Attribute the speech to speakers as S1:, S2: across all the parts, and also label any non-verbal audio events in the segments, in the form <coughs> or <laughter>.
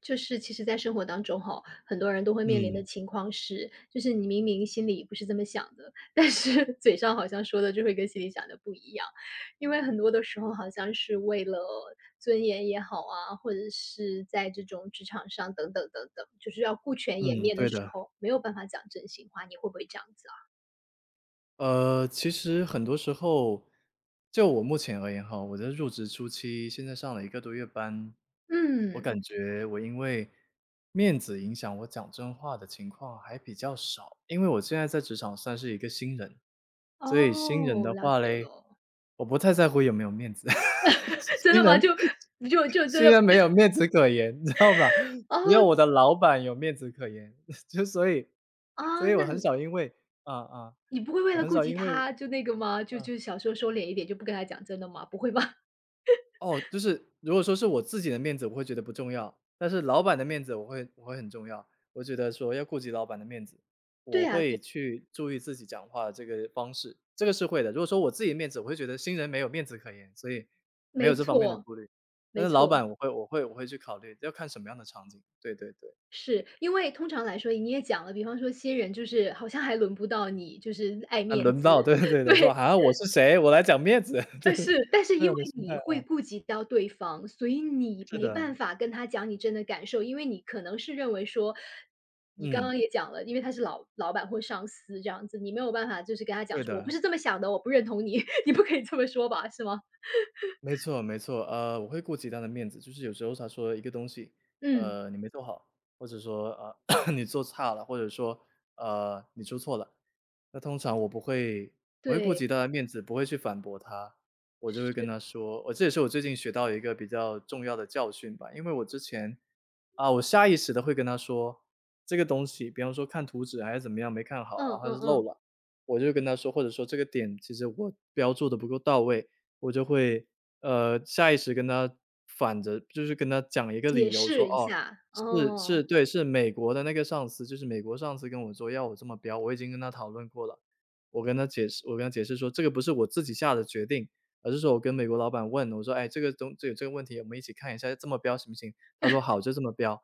S1: 就是其实在生活当中哈，很多人都会面临
S2: 嗯，
S1: 的情况是，就是你明明心里不是这么想的，但是 <laughs> 嘴上好像说的就会跟心里想的不一样。因为很多的时候好像是为了尊严也好啊，或者是在这种职场上等等等等，就是要顾全颜
S2: 嗯，
S1: 面的
S2: 对
S1: 时
S2: 的。
S1: 候，没有办法讲真心话，你会不会这样子啊？
S2: 其实很多时候，就我目前而言哈，我在入职初期，现在上了一个多月班，我
S1: 嗯，
S2: 感觉我因为面子影响我讲真话的情况还比较少。因为我现在在职场算是一个新人，所以新人的
S1: 哦，了
S2: 话
S1: 解
S2: 嘞，
S1: 了。
S2: 我不太在乎有没有面子。<laughs>
S1: <laughs> 真
S2: 新
S1: 的吗？
S2: 人
S1: 就真
S2: 新
S1: 的
S2: 人没有面子可言，你知道吧？
S1: 哦，
S2: 只有我的老板有面子可言，<laughs> 就所以所
S1: 啊，
S2: 以我
S1: 那
S2: 很少因为啊啊，
S1: 你不会为
S2: 我
S1: 了
S2: 很
S1: 顾
S2: 少
S1: 及
S2: 因为
S1: 他就那个吗？就
S2: 啊。
S1: 就小时候收敛一点，就不跟他讲真的吗？不会吧？<laughs>
S2: 哦，就是如果说是我自己的面子，我会觉得不重要，但是老板的面子我会很重要。我觉得说要顾及老板的面子，我
S1: 对啊，
S2: 会
S1: 对，
S2: 去注意自己讲话的这个方式，这个是会的。如果说我自己的面子，我会觉得新人没有面子可言，所以没有
S1: 没
S2: 这方面的
S1: 错，
S2: 顾虑。但
S1: 没
S2: 是老
S1: 错，
S2: 板我会去考虑，要看什么样的场景。对对对，
S1: 是因为通常来说你也讲了，比方说新人就是好像还轮不到你，就是爱
S2: 啊，
S1: 面
S2: 轮不到，<laughs>
S1: 子，
S2: 对对对
S1: <laughs>
S2: 的，我说
S1: 对，
S2: 啊，我是谁，我来讲面子，<laughs> 对，
S1: 是，但是
S2: 这
S1: 因为
S2: 样的心态
S1: 你会
S2: 啊，
S1: 顾及到对方，所以你
S2: 是
S1: 没
S2: 的，
S1: 办法跟他讲你真的感受，因为你可能是认为说，你刚
S2: 嗯，
S1: 刚也讲了，因为他是老老板或上司这样子，你没有办法就是跟他
S2: 对
S1: 讲说，我不
S2: 的。
S1: 是这么想的，我不认同你，<laughs> 你不可以这么说吧，是吗？
S2: 没错没错，我会顾及他的面子，就是有时候他说一个东西，
S1: 嗯，
S2: 你没做好，或者说<coughs> 你做差了，或者说你出错了，那通常我不会，我会顾
S1: 对，
S2: 及他的面子，不会去反驳他，我就会跟
S1: 是，
S2: 他说，我这也是我最近学到一个比较重要的教训吧，因为我之前啊，我下意识的会跟他说这个东西，比方说看图纸还是怎么样没看好，然
S1: 嗯
S2: 后他
S1: 嗯
S2: 是漏
S1: 嗯，
S2: 了，我就跟他说，或者说这个点其实我标注的不够到位。我就会，下意识跟他反着就是跟他讲一个
S1: 解
S2: 理由说，
S1: 释一
S2: 哦，
S1: 下，
S2: 是
S1: 哦，
S2: 是对，是美国的那个上司，就是美国上司跟我说要我这么标，我已经跟他讨论过了。我跟他解释说这个不是我自己下的决定，而是说我跟美国老板问，我说：“哎，这个东这有这个问题，我们一起看一下这么标行不行？”他说：“好，就这么标。”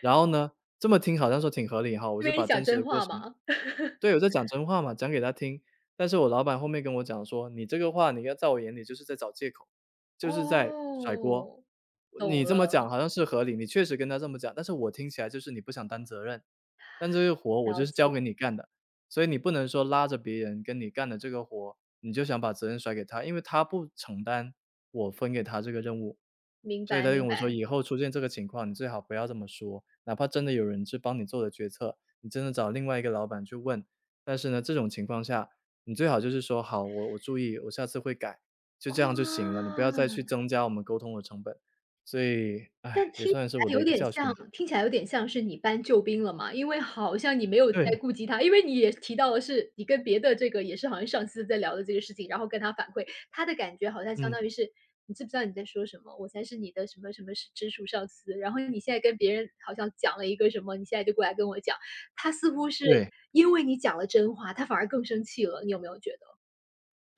S2: 然后呢，这么听好像说挺合理哈，我
S1: 因
S2: 是
S1: 为你
S2: 把
S1: 讲
S2: 真实的
S1: 真
S2: 过
S1: 话
S2: 程，
S1: 嘛。<laughs>
S2: 对，我在讲真话嘛，讲给他听。但是我老板后面跟我讲说：“你这个话，你要在我眼里就是在找借口，就是在甩锅。
S1: 哦，懂
S2: 你这么
S1: 了，
S2: 讲好像是合理，你确实跟他这么讲，但是我听起来就是你不想担责任。”但这个活我
S1: 了
S2: 就是交
S1: 解，
S2: 给你干的，所以你不能说拉着别人跟你干的这个活，你就想把责任甩给他，因为他不承担我分给他这个任务。
S1: 明
S2: 所以
S1: 白
S2: 他就
S1: 明
S2: 跟我说：
S1: 白。
S2: “以后出现这个情况，你最好不要这么说，哪怕真的有人去帮你做了决策，你真的找另外一个老板去问，但是呢，这种情况下，你最好就是说‘好，我注意，我下次会改’，就这样就行了，
S1: 哇！
S2: 你不要再去增加我们沟通的成本。”所以，
S1: 但
S2: 哎，也
S1: 听起
S2: 算是我
S1: 来
S2: 的一
S1: 有
S2: 个
S1: 点
S2: 教
S1: 像
S2: 训。
S1: 听起来有点像是你搬救兵了嘛，因为好像你没有在
S2: 对，
S1: 顾及他，因为你也提到的是你跟别的这个也是好像上司在聊的这个事情，然后跟他反馈，他的感觉好像相
S2: 嗯，
S1: 当于是“你知不知道你在说什么？我才是你的什么什么是直属上司，然后你现在跟别人好像讲了一个什么，你现在就过来跟我讲。”他似乎是
S2: 对。
S1: 因为你讲了真话，他反而更生气了，你有没有觉得？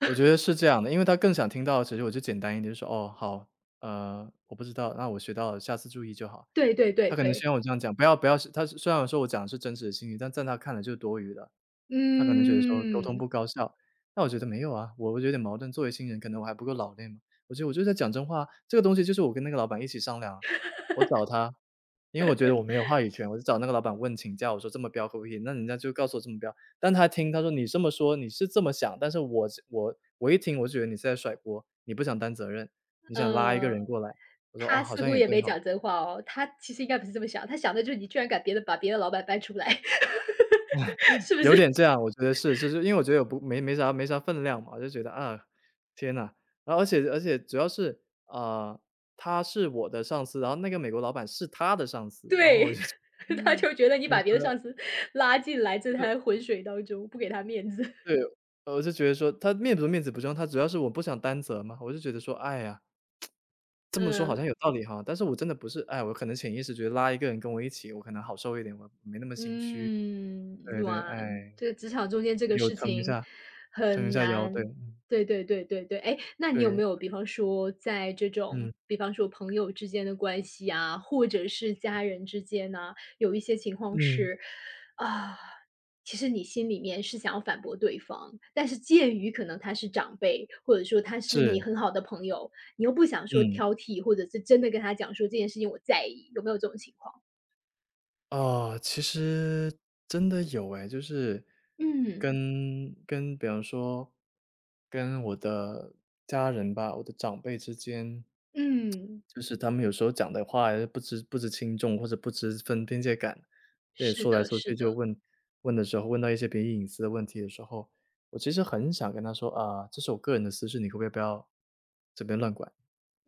S2: 我觉得是这样的，因为他更想听到，其实我就简单一点，就说：“哦，好，我不知道，那我学到了，下次注意就好。”
S1: 对对对
S2: 他可能希
S1: 对，
S2: 望我这样讲，不要是他虽然说我讲的是真实的心情，但在他看来就是多余的。他可能觉得说沟通
S1: 嗯，
S2: 不高效，但我觉得没有啊，我有点矛盾。作为新人，可能我还不够老练嘛，我觉得我就在讲真话。这个东西就是我跟那个老板一起商量啊我找他，因为我觉得我没有话语权，我就找那个老板问请假，我说这么标可不可以？那人家就告诉我这么标，但他听他说你这么说你是这么想，但是我一听我就觉得你是在甩锅，你不想担责任，你想拉一个
S1: 呃。
S2: 人过来。我说哦，
S1: 他
S2: 好
S1: 似
S2: 像
S1: 乎
S2: 也
S1: 也
S2: 对
S1: 没
S2: 哈。
S1: 讲真话哦，他其实应该不是这么想，他想的就是你居然敢别的把别的老板搬出来，<laughs> 是不
S2: 有点
S1: 是？
S2: 这样，我觉得是，就是因为我觉得我不没没啥分量嘛，我就觉得啊，天呐，然后而且主要是，啊，呃他是我的上司，然后那个美国老板是他的上司，然后我
S1: 对，
S2: 就觉得
S1: <laughs>
S2: <laughs>
S1: 他就觉得你
S2: 嗯
S1: 把别的上司拉进来这
S2: 就
S1: 滩浑水当中，不给他面子。<laughs>
S2: 对，我就觉得说他面不面子不重要，他主要是我不想担责嘛，我就觉得说，哎呀，这么说好
S1: 嗯，
S2: 像有道理哈，但是我真的不是，哎，我可能潜意识觉得拉一个人跟我一起，我可能好受一点，我没那么心虚，
S1: 嗯，
S2: 对对，
S1: 哇，
S2: 哎，
S1: 这个职场中间这个
S2: 有
S1: 事情
S2: 撑一
S1: 很
S2: 下腰，对，
S1: 难。
S2: 嗯
S1: 对对对对对，哎，那你有没
S2: 对，
S1: 有比方说在这种，
S2: 嗯
S1: 比方说朋友之间的关系啊，或者是家人之间呐，有一些情况
S2: 嗯。
S1: 是啊，其实你心里面是想要反驳对方，但是鉴于可能他是长辈，或者说他是你
S2: 是，
S1: 很好的朋友，你又不想说
S2: 嗯，
S1: 挑剔，或者是真的跟他讲说这件事情我在意，有没有这种情况？
S2: 哦，其实真的有诶，就是
S1: 嗯，
S2: 跟比方说跟我的家人吧，我的长辈之间，
S1: 嗯，
S2: 就是他们有时候讲的话不知轻重，或者不知分边界感，对，
S1: 是
S2: 说来
S1: 的，
S2: 说
S1: 是
S2: 去就
S1: 的，
S2: 问的时候，问到一些别人隐私的问题的时候，我其实很想跟他说啊，这是我个人的私事，你可不可以不要这边乱管，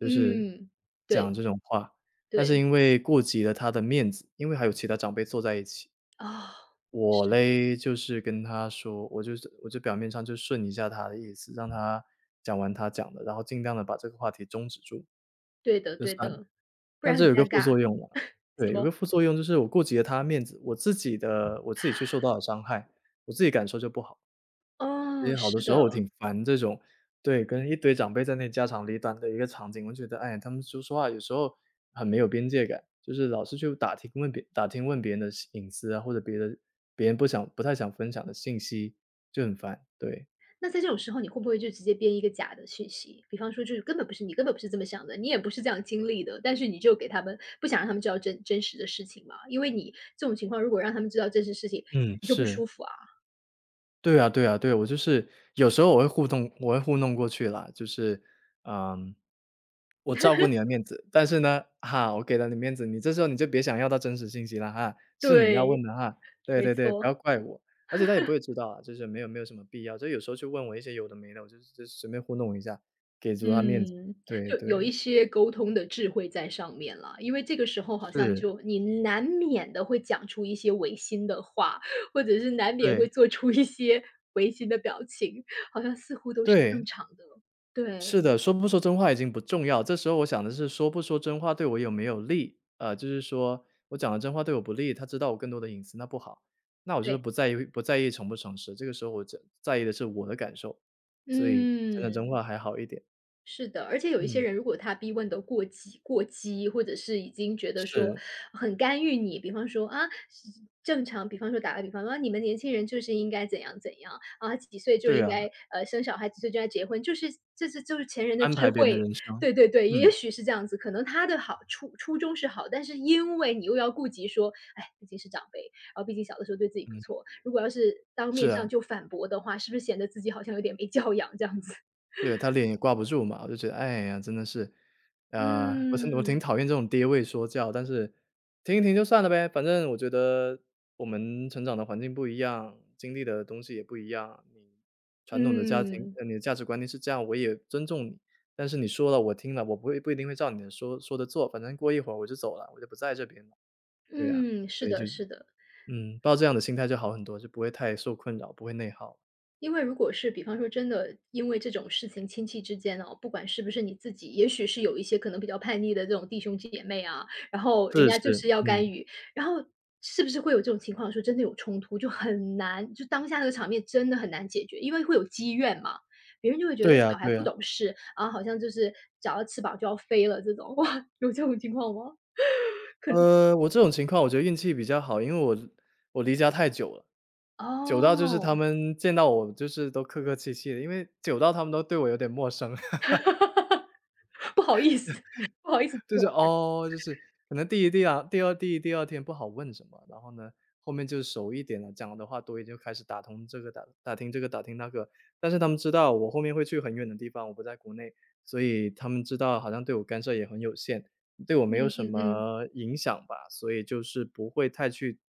S2: 就是讲
S1: 对
S2: 这种话。但是
S1: 对，
S2: 因为顾及了他的面子，因为还有其他长辈坐在一起，
S1: 啊，
S2: 我
S1: 是的，
S2: 嘞就是跟他说，我就表面上就顺一下他的意思，让他讲完他讲的，然后尽量的把这个话题终止住，
S1: 对的
S2: 就
S1: 对
S2: 算了。
S1: 的，不
S2: 但
S1: 然
S2: 这
S1: 很
S2: 有个
S1: 尴
S2: 副
S1: 尬，
S2: 作用啊，对，
S1: 什
S2: 有个
S1: 么？
S2: 副作用就是我顾及了他面子，我自己去受到了伤害，我自己感受就不好。所以
S1: 哦，
S2: 好多
S1: 是
S2: 时候
S1: 的。
S2: 我挺烦这种，对，跟一堆长辈在那里家长里短的一个场景，我觉得，哎，他们说说话有时候很没有边界感，就是老是去打听问别人的隐私啊，或者别人不太想分享的信息，就很烦，对，
S1: 那在这种时候，你会不会就直接编一个假的讯息？比方说，就是根本不是这么想的，你也不是这样经历的，但是你就给他们不想让他们知道真实的事情嘛？因为你这种情况，如果让他们知道真实事情，
S2: 嗯，
S1: 你就不舒
S2: 是。
S1: 服啊。
S2: 对啊对啊对，我就是有时候我会糊弄过去啦，就是，嗯，我照顾你的面子，但是呢，哈，我给了你面子，你这时候就别想要到真实信息了哈，是你要问
S1: 对，
S2: 的哈，对
S1: 没
S2: 对对，不
S1: 错，
S2: 要怪我。而且他也不会知道啊，就是没有什么必要，就有时候去问我一些有的没的，我就随便糊弄一下，给足他面子，
S1: 嗯，
S2: 对
S1: 就有
S2: 对，
S1: 一些沟通的智慧在上面了。因为这个时候好像
S2: 是，
S1: 就你难免的会讲出一些违心的话，或者是难免会
S2: 对，
S1: 做出一些 <laughs> 违心的表情，好像似乎都是
S2: 对。
S1: 正常的。对
S2: 是的，说不说真话已经不重要，这时候我想的是说不说真话对我有没有利？就是说我讲了真话对我不利，他知道我更多的隐私，那不好。那我就是
S1: 对，
S2: 不在意诚不诚实，这个时候我在意的是我的感受，所以讲真
S1: 嗯，
S2: 话还好一点。
S1: 是的，而且有一些
S2: 嗯，
S1: 人，如果他逼问的过激，或者是已经觉得说
S2: 是，
S1: 很干预你，比方说啊，是正常，比方说打个比方说，啊，你们年轻人就是应该怎样怎样啊，几岁就
S2: 对
S1: 应
S2: 啊，
S1: 该生小孩，几岁就该结婚，就是这是就是前人的
S2: 安
S1: 智
S2: 排别人的
S1: 慧，
S2: 人生。
S1: 对对对，也
S2: 嗯，
S1: 许是这样子，可能他的初初衷是好，但是因为你又要顾及说，哎，毕竟是长辈，然后毕竟小的时候对自己不
S2: 嗯，
S1: 错，如果要是当
S2: 是
S1: 面
S2: 啊。
S1: 上就反驳的话，是不是显得自己好像有点没教养这样子？
S2: 对，他脸也挂不住嘛，我就觉得，哎呀，真的是，啊，我挺
S1: 嗯，
S2: 讨厌这种爹位说教，但是听一听就算了呗，反正我觉得我们成长的环境不一样，经历的东西也不一样，你传统的家庭，
S1: 嗯，
S2: 你的价值观念是这样，我也尊重你，但是你说了，我听了，我不一定会照你的说的做，反正过一会儿我就走了，我就不在这边了，对呀，
S1: 嗯，
S2: 所
S1: 是
S2: 以就
S1: 的，是的。
S2: 抱这样的心态就好很多，就不会太受困扰，不会内耗。
S1: 因为如果是比方说真的因为这种事情，亲戚之间哦，不管是不是你自己，也许是有一些可能比较叛逆的这种弟兄姐妹啊，然后人
S2: 是
S1: 家就
S2: 是，
S1: 是要干
S2: 嗯，
S1: 预，然后是不是会有这种情况说真的有冲突，就很难，就当下那个场面真的很难解决，因为会有积怨嘛。别人就会觉得
S2: 对呀
S1: 小孩
S2: 对
S1: 不
S2: 呀。
S1: 懂事，啊，好像就是长了翅膀就要飞了这种，<laughs> 哇，有这种情况吗？
S2: 我这种情况我觉得运气比较好，因为我离家太久了，久到就是
S1: 哦，
S2: 他们见到我就是都客客气气的，因为久到他们都对我有点陌生。
S1: <laughs> 不好意思，不好意思
S2: 就是哦，就是可能第一、第二、第二、第一第二天不好问什么，然后呢，后面就熟一点了，讲的话多一点，就开始打听这个打听那个。但是他们知道我后面会去很远的地方，我不在国内，所以他们知道好像对我干涉也很有限，对我没有
S1: 嗯
S2: 什
S1: 嗯嗯
S2: 么影响吧，所以就是不会太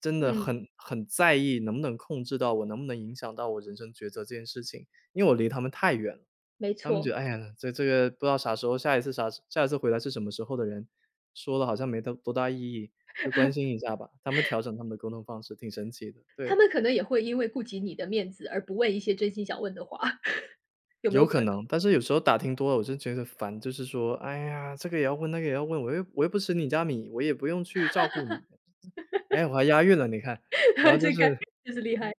S2: 真的
S1: 嗯，
S2: 很在意能不能控制到我，能不能影响到我人生抉择这件事情，因为我离他们太远了。
S1: 没
S2: 他们觉
S1: 错，
S2: 得，哎呀，这个不知道啥时候，下一次下一次回来是什么时候的人，说了好像没多大意义，就关心一下吧。他们调整他们的沟通方式，挺神奇的。
S1: 他
S2: 对，
S1: 们可能也会因为顾及你的面子而不问一些真心想问的话，<laughs> 有没有
S2: 有可
S1: 可能？
S2: 能，但是有时候打听多了，我就觉得烦，就是说，哎呀，这个也要问，那个也要问，我又不吃你家米，我也不用去照顾你，哎，我还押韵了，你看，然后
S1: <laughs>
S2: 就
S1: 这个
S2: 是
S1: 就是厉害，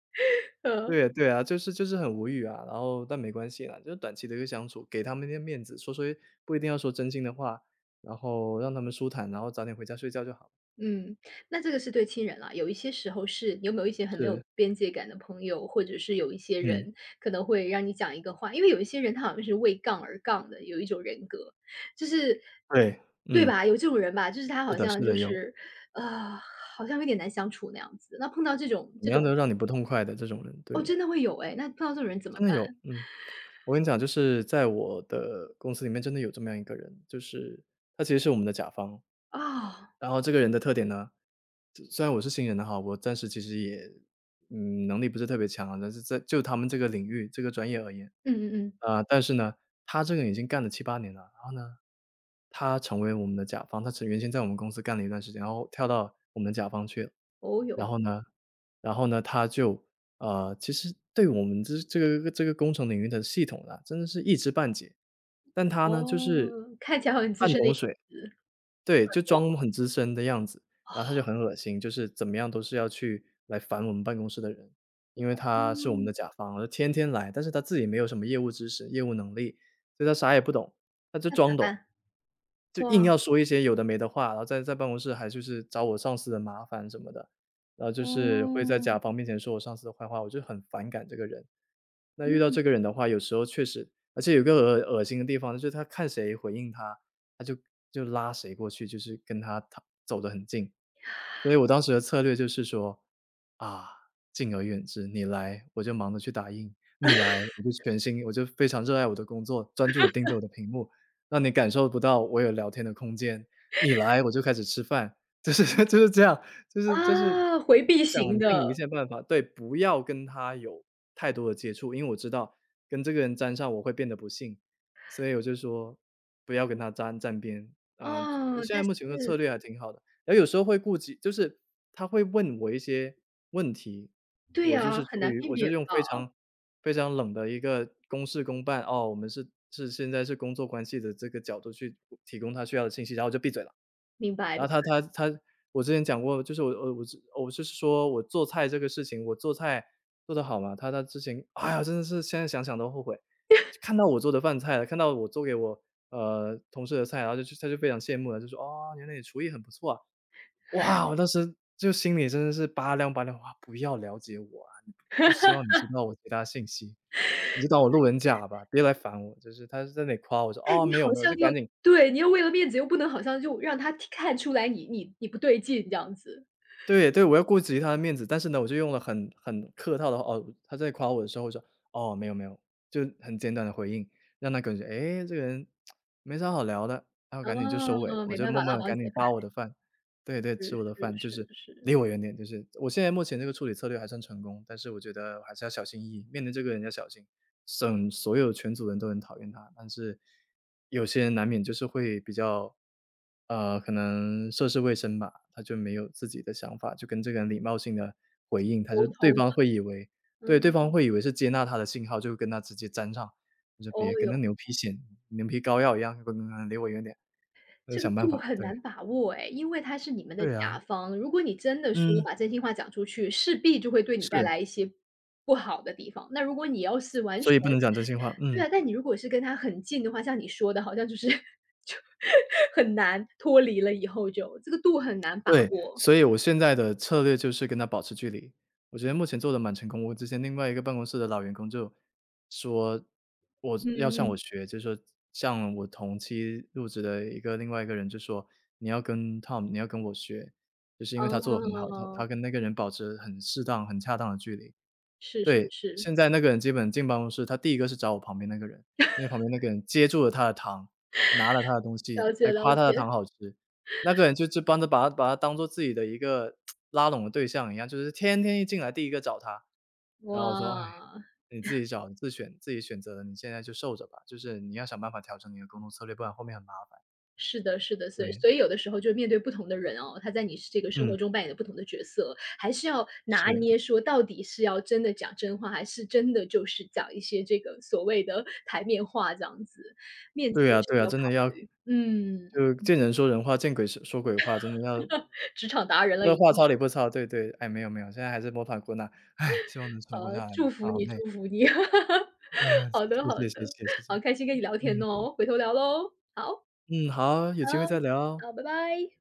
S1: 呃，
S2: 对对啊，就是很无语啊，然后但没关系啦，就是短期的一个相处，给他们一些面子，说说不一定要说真心的话，然后让他们舒坦，然后早点回家睡觉就好了。
S1: 嗯，那这个是对亲人啦，有一些时候是你有没有一些很没
S2: 是，
S1: 有边界感的朋友，或者是有一些
S2: 嗯，
S1: 人可能会让你讲一个话，因为有一些人他好像是为杠而杠的，有一种人格，就是
S2: 对，
S1: 对
S2: 嗯，
S1: 吧？有这种人吧，就是他
S2: 是
S1: 好
S2: 的是
S1: 像
S2: 的，
S1: 就
S2: 有
S1: 是呃，好像有点难相处那样子。那碰到这种
S2: 怎
S1: 这
S2: 么样
S1: 种
S2: 都让你不痛快的这种人，
S1: 哦，
S2: 对，
S1: 真的会有哎，那碰到这种人怎么
S2: 真的
S1: 办？
S2: 有，嗯，我跟你讲，就是在我的公司里面真的有这么样一个人，就是他其实是我们的甲方，
S1: 啊？
S2: 然后这个人的特点呢，虽然我是新人的哈，我暂时其实也，能力不是特别强，啊，但是在就他们这个领域、这个专业而言，
S1: 嗯嗯嗯，
S2: 啊，但是呢，他这个人已经干了七八年了，他成为我们的甲方，他曾原先在我们公司干了一段时间，然后跳到我们的甲方去了。
S1: 哦
S2: 然
S1: 哟，
S2: 后呢然后呢，他就，其实对我们这个工程领域的系统啊，真的是一知半解。但他呢，就是
S1: 哦，看起来很资
S2: 半
S1: 深的
S2: 桶
S1: 样
S2: 水。
S1: 子，
S2: 对，就装很资深的样子，然后他就很恶心，就是怎么样都是要去来烦我们办公室的人，因为他是我们
S1: 嗯，
S2: 的甲方，就天天来，但是他自己没有什么业务知识、业务能力，所以他啥也不懂，他就
S1: 那咋
S2: 装懂。
S1: 办？
S2: 就硬
S1: 哇，
S2: 要说一些有的没的话，然后在在办公室还就是找我上司的麻烦什么的，然后就是会在
S1: 哦，
S2: 甲方面前说我上司的坏话，我就很反感这个人。那遇到
S1: 嗯，
S2: 这个人的话，有时候确实而且有个恶心的地方，就是他看谁回应他，他就拉谁过去，就是跟他走得很近。所以我当时的策略就是说：“啊，敬而远之，你来我就忙着去打印，你来我就全心我就非常热爱我的工作，专注的盯着我的屏幕，让你感受不到我有聊天的空间。你来我就开始吃饭。<laughs>” 就是 <laughs> 就是这样，就是
S1: 啊，回避型
S2: 想尽一
S1: 的，
S2: 切办法对，不要跟他有太多的接触，因为我知道跟这个人沾上我会变得不幸，所以我就说不要跟他沾边啊。我
S1: 哦，
S2: 现
S1: 但
S2: 在目前的策
S1: 是
S2: 略还挺好的，然后有时候会顾及，就是他会问我一些问题，
S1: 对
S2: 我就是
S1: 呀，很
S2: 出
S1: 难
S2: 于
S1: 避
S2: 我就
S1: 免
S2: 用
S1: 吧。
S2: 非常非常冷的一个公事公办哦，我们是现在是工作关系的这个角度去提供他需要的信息，然后我就闭嘴了。
S1: 明白，
S2: 然后他他他我之前讲过，就是我就是说我做菜这个事情，我做菜做得好嘛？他之前，哎呀，真的是现在想想都后悔。看到我做的饭菜了，看到我做给我，同事的菜，然后就去他就非常羡慕了，就说：“哦，原来你厨艺很不错啊。”哇，我当时就心里真的是拔凉拔凉，哇，不要了解我啊，你不希望你知道我其他信息，你就当我路人甲吧，别来烦我。就是他是在那里夸我说：
S1: 但
S2: “哦，
S1: 你
S2: 没有
S1: 好
S2: 没有，就
S1: 像又
S2: 赶紧
S1: 对，你又为了面子又不能好像就让他听看出来你不对劲这样子，
S2: 对对，我要顾及他的面子，但是呢，我就用了很客套的话，哦，他在夸我的时候，我说：“哦，没有没有。”就很简短的回应，让他感觉哎，诶，这个人没啥好聊的，然后赶紧就收尾了。
S1: 哦，
S2: 我
S1: 没
S2: 就
S1: 办
S2: 默
S1: 法，
S2: 默
S1: 拉
S2: 的
S1: 帮
S2: 赶
S1: 结
S2: 紧
S1: 派，
S2: 扒我的饭，对对，
S1: 是
S2: 吃我的饭，就
S1: 是
S2: 是
S1: 是是，
S2: 离我远点，就是我现在目前这个处理策略还算成功，但是我觉得还是要小心翼翼，面对这个人要小心。省，所有全组人都很讨厌他，但是有些人难免就是会比较，可能涉世未深吧，他就没有自己的想法，就跟这个人礼貌性的回应，他就
S1: 沟
S2: 对
S1: 通的，
S2: 方会以为对，对方
S1: 嗯，
S2: 会以为是接纳他的信号，就跟他直接粘上，我说
S1: 哦
S2: 别跟那
S1: 哟。
S2: 牛皮癣、牛皮膏药一样，滚滚滚离我远点，那就
S1: 这个
S2: 想办
S1: 度
S2: 法，
S1: 很
S2: 对，
S1: 难把握哎，因为他是你们的
S2: 对啊，
S1: 甲方，如果你真的说
S2: 嗯，
S1: 把真心话讲出去，势必就会对你带
S2: 是，
S1: 来一些不好的地方。那如果你要是完
S2: 所
S1: 全
S2: 以不能讲真心话，
S1: 对
S2: 嗯。
S1: 啊，但你如果是跟他很近的话，像你说的，好像就是 <laughs> 就很难脱离了以后就这个度很难把
S2: 对，
S1: 握。
S2: 所以我现在的策略就是跟他保持距离。我觉得目前做的蛮成功，我之前另外一个办公室的老员工就说我要
S1: 嗯
S2: 向我
S1: 嗯，
S2: 学，就说像我同期入职的一个另外一个人就说：“你要跟 Tom，你要跟我学。”就是因为他做的很好，他
S1: 哦，
S2: 他跟那个人保持很适当、很恰当的距离。
S1: 是是
S2: 对，
S1: 是，
S2: 现在那个人基本进办公室，他第一个是找我旁边那个人，因为旁边那个人接住了他的糖，拿了他的东西，
S1: 了
S2: 还
S1: 解了
S2: 夸他的
S1: 解，
S2: 糖好吃。那个人就帮着把他当做自己的一个拉拢的对象一样，就是天天一进来第一个找他。然后我说：“哎，
S1: 哇。
S2: 你自己找，你自选自己选择的，你现在就受着吧，就是你要想办法调整你的沟通策略，不然后面很麻烦。”
S1: 是的，是的，所以
S2: 对，
S1: 所以有的时候就是面对不同的人哦，他在你这个生
S2: 嗯，
S1: 活中扮演的不同的角色，还是要拿
S2: 是，
S1: 捏说到底是要真的讲真话，还是真的就是讲一些这个所谓的台面话这样子，面子
S2: 对
S1: 也
S2: 啊
S1: 是
S2: 对啊，
S1: 要考
S2: 真的要
S1: 虑。嗯，
S2: 就见人说人话，见鬼说鬼话，真的要
S1: 职场达人了
S2: 这
S1: 已
S2: 话
S1: 经
S2: 糙
S1: 是，
S2: 理不糙，对对，哎，没有没有，现在还是摸爬滚打，哎希望能存活下来嘛，
S1: 祝福
S2: 好
S1: 你，
S2: 嘞，
S1: 祝福你。<laughs>
S2: 嗯，
S1: 好的，
S2: 谢
S1: 好
S2: 谢
S1: 的，
S2: 谢谢谢谢，
S1: 好开心跟你聊天
S2: 嗯，
S1: 哦，回头聊喽。好，
S2: 嗯，好，有
S1: 好。
S2: 机会再聊哦。
S1: 好，拜拜。